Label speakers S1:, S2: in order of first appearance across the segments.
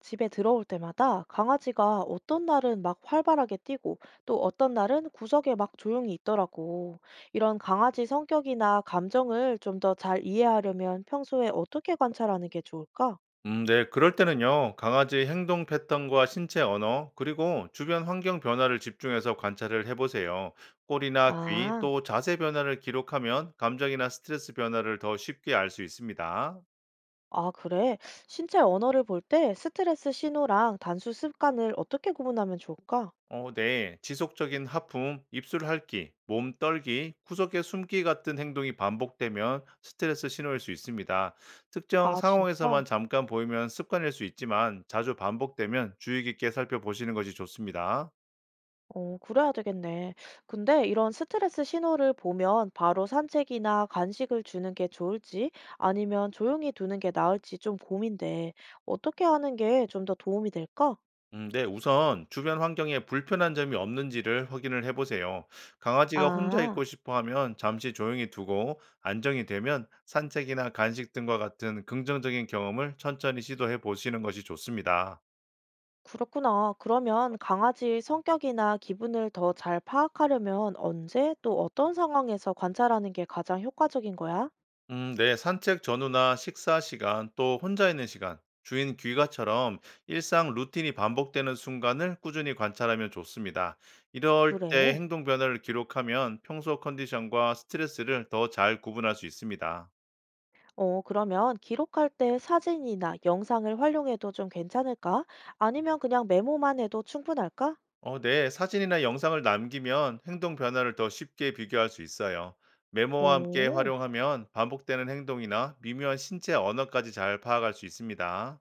S1: 집에 들어올 때마다 강아지가 어떤 날은 막 활발하게 뛰고 또 어떤 날은 구석에 막 조용히 있더라고. 이런 강아지 성격이나 감정을 좀 더 잘 이해하려면 평소에 어떻게 관찰하는 게 좋을까?
S2: 네. 그럴 때는요, 강아지의 행동 패턴과 신체 언어, 그리고 주변 환경 변화를 집중해서 관찰을 해보세요. 꼴이나 귀,
S1: 아,
S2: 또 자세 변화를 기록하면 감정이나 스트레스 변화를 더 쉽게 알 수 있습니다.
S1: 아, 그래. 신체 언어를 볼 때 스트레스 신호랑 단수 습관을 어떻게 구분하면 좋을까?
S2: 네. 지속적인 하품, 입술 핥기, 몸 떨기, 구석에 숨기 같은 행동이 반복되면 스트레스 신호일 수 있습니다. 특정
S1: 아, 진짜?
S2: 상황에서만 잠깐 보이면 습관일 수 있지만 자주 반복되면 주의 깊게 살펴보시는 것이 좋습니다.
S1: 어, 그래야 되겠네. 근데 이런 스트레스 신호를 보면 바로 산책이나 간식을 주는 게 좋을지 아니면 조용히 두는 게 나을지 좀 고민돼. 어떻게 하는 게 좀 더 도움이 될까?
S2: 네, 우선 주변 환경에 불편한 점이 없는지를 확인을 해보세요. 강아지가 혼자
S1: 아,
S2: 있고 싶어 하면 잠시 조용히 두고 안정이 되면 산책이나 간식 등과 같은 긍정적인 경험을 천천히 시도해 보시는 것이 좋습니다.
S1: 그렇구나. 그러면 강아지의 성격이나 기분을 더 잘 파악하려면 언제 또 어떤 상황에서 관찰하는 게 가장 효과적인 거야?
S2: 네, 산책 전후나 식사 시간 또 혼자 있는 시간, 주인 귀가처럼 일상 루틴이 반복되는 순간을 꾸준히 관찰하면 좋습니다. 이럴 때
S1: 그래.
S2: 행동 변화를 기록하면 평소 컨디션과 스트레스를 더 잘 구분할 수 있습니다.
S1: 어, 그러면 기록할 때 사진이나 영상을 활용해도 좀 괜찮을까? 아니면 그냥 메모만 해도 충분할까?
S2: 네. 사진이나 영상을 남기면 행동 변화를 더 쉽게 비교할 수 있어요. 메모와 함께
S1: 오,
S2: 활용하면 반복되는 행동이나 미묘한 신체 언어까지 잘 파악할 수 있습니다.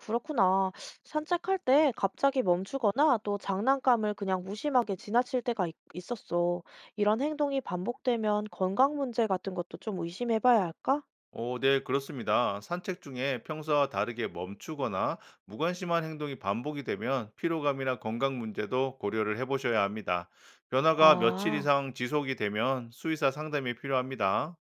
S1: 그렇구나. 산책할 때 갑자기 멈추거나 또 장난감을 그냥 무심하게 지나칠 때가 있었어. 이런 행동이 반복되면 건강 문제 같은 것도 좀 의심해 봐야 할까?
S2: 오, 네, 그렇습니다. 산책 중에 평소와 다르게 멈추거나 무관심한 행동이 반복이 되면 피로감이나 건강 문제도 고려를 해보셔야 합니다. 변화가 며칠
S1: 아,
S2: 이상 지속이 되면 수의사 상담이 필요합니다.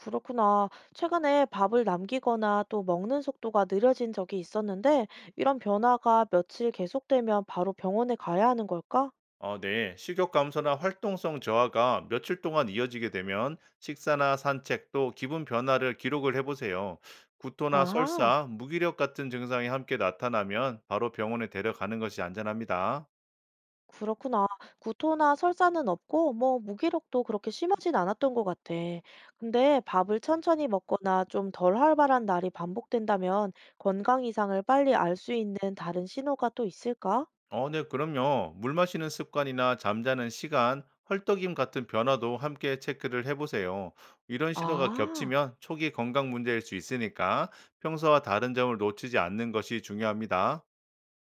S1: 그렇구나. 최근에 밥을 남기거나 또 먹는 속도가 느려진 적이 있었는데 이런 변화가 며칠 계속되면 바로 병원에 가야 하는 걸까?
S2: 네. 식욕 감소나 활동성 저하가 며칠 동안 이어지게 되면 식사나 산책 또 기분 변화를 기록을 해보세요. 구토나
S1: 아하.
S2: 설사, 무기력 같은 증상이 함께 나타나면 바로 병원에 데려가는 것이 안전합니다.
S1: 그렇구나. 구토나 설사는 없고, 뭐, 무기력도 그렇게 심하진 않았던 것 같아. 근데 밥을 천천히 먹거나 좀 덜 활발한 날이 반복된다면 건강 이상을 빨리 알 수 있는 다른 신호가 또 있을까?
S2: 네. 그럼요. 물 마시는 습관이나 잠자는 시간, 헐떡임 같은 변화도 함께 체크를 해보세요. 이런 신호가
S1: 아,
S2: 겹치면 초기 건강 문제일 수 있으니까 평소와 다른 점을 놓치지 않는 것이 중요합니다.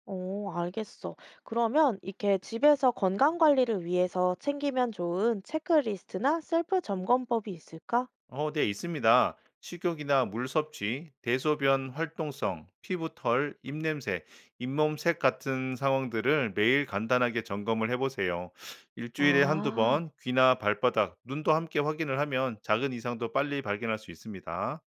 S1: 어, 알겠어. 그러면 이렇게 집에서 건강 관리를 위해서 챙기면 좋은 체크리스트나 셀프 점검법이 있을까?
S2: 네, 있습니다. 식욕이나 물 섭취, 대소변 활동성, 피부털, 입냄새, 잇몸색 같은 상황들을 매일 간단하게 점검을 해보세요. 일주일에 한두
S1: 아.
S2: 번 귀나 발바닥, 눈도 함께 확인을 하면 작은 이상도 빨리 발견할 수 있습니다.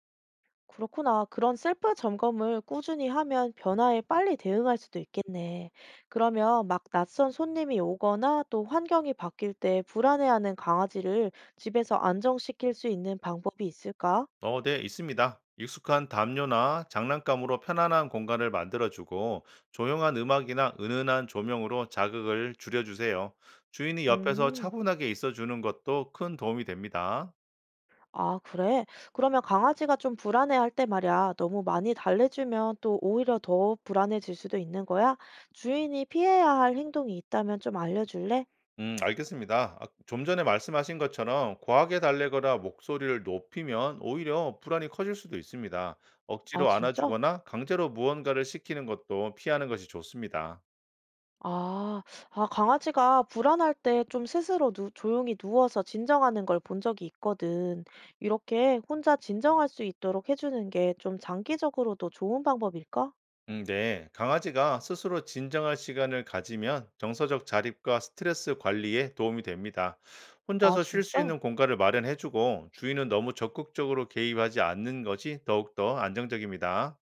S1: 그렇구나. 그런 셀프 점검을 꾸준히 하면 변화에 빨리 대응할 수도 있겠네. 그러면 막 낯선 손님이 오거나 또 환경이 바뀔 때 불안해하는 강아지를 집에서 안정시킬 수 있는 방법이 있을까?
S2: 네, 있습니다. 익숙한 담요나 장난감으로 편안한 공간을 만들어주고 조용한 음악이나 은은한 조명으로 자극을 줄여주세요. 주인이 옆에서
S1: 음,
S2: 차분하게 있어주는 것도 큰 도움이 됩니다.
S1: 아, 그래? 그러면 강아지가 좀 불안해할 때 말이야. 너무 많이 달래주면 또 오히려 더 불안해질 수도 있는 거야? 주인이 피해야 할 행동이 있다면 좀 알려줄래?
S2: 알겠습니다. 아, 좀 전에 말씀하신 것처럼 과하게 달래거나 목소리를 높이면 오히려 불안이 커질 수도 있습니다.
S1: 아,
S2: 억지로
S1: 진짜?
S2: 안아주거나 강제로 무언가를 시키는 것도 피하는 것이 좋습니다.
S1: 아. 아 강아지가 불안할 때 좀 스스로 누 조용히 누워서 진정하는 걸 본 적이 있거든. 이렇게 혼자 진정할 수 있도록 해 주는 게 좀 장기적으로도 좋은 방법일까?
S2: 네. 강아지가 스스로 진정할 시간을 가지면 정서적 자립과 스트레스 관리에 도움이 됩니다.
S1: 아
S2: 혼자서 쉴 수
S1: 진짜?
S2: 있는 공간을 마련해주고 주인은 너무 적극적으로 개입하지 않는 것이 더욱더 안정적입니다.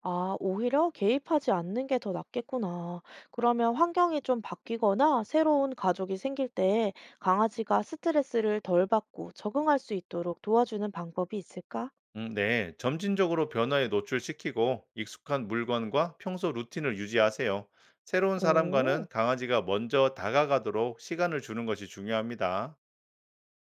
S1: 아 오히려 개입하지 않는 게 더 낫겠구나. 그러면 환경이 좀 바뀌거나 새로운 가족이 생길 때 강아지가 스트레스를 덜 받고 적응할 수 있도록 도와주는 방법이 있을까?
S2: 네. 점진적으로 변화에 노출시키고 익숙한 물건과 평소 루틴을 유지하세요. 새로운 사람과는
S1: 오오오
S2: 강아지가 먼저 다가가도록 시간을 주는 것이 중요합니다.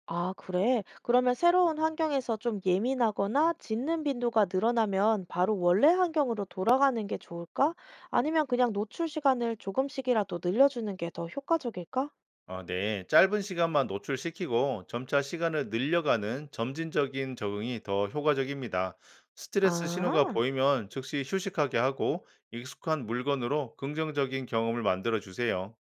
S1: 아, 그래? 그러면 새로운 환경에서 좀 예민하거나 짖는 빈도가 늘어나면 바로 원래 환경으로 돌아가는 게 좋을까? 아니면 그냥 노출 시간을 조금씩이라도 늘려주는 게 더 효과적일까?
S2: 네. 짧은 시간만 노출시키고 점차 시간을 늘려가는 점진적인 적응이 더 효과적입니다. 스트레스 신호가
S1: 아,
S2: 보이면 즉시 휴식하게 하고 익숙한 물건으로 긍정적인 경험을 만들어 주세요.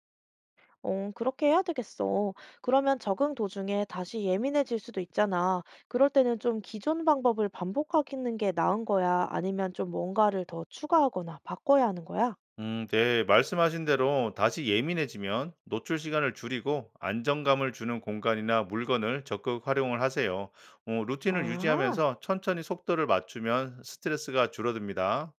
S1: 어, 그렇게 해야 되겠어. 그러면 적응 도중에 다시 예민해질 수도 있잖아. 그럴 때는 좀 기존 방법을 반복하는 게 나은 거야? 아니면 좀 뭔가를 더 추가하거나 바꿔야 하는 거야?
S2: 네. 말씀하신 대로 다시 예민해지면 노출 시간을 줄이고 안정감을 주는 공간이나 물건을 적극 활용을 하세요. 루틴을
S1: 아.
S2: 유지하면서 천천히 속도를 맞추면 스트레스가 줄어듭니다.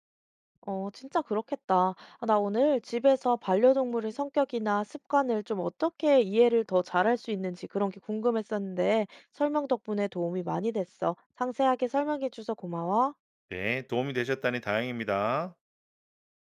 S1: 어, 진짜 그렇겠다. 아, 나 오늘 집에서 반려동물의 성격이나 습관을 좀 어떻게 이해를 더 잘할 수 있는지 그런 게 궁금했었는데 설명 덕분에 도움이 많이 됐어. 상세하게 설명해줘서 고마워.
S2: 네. 도움이 되셨다니 다행입니다.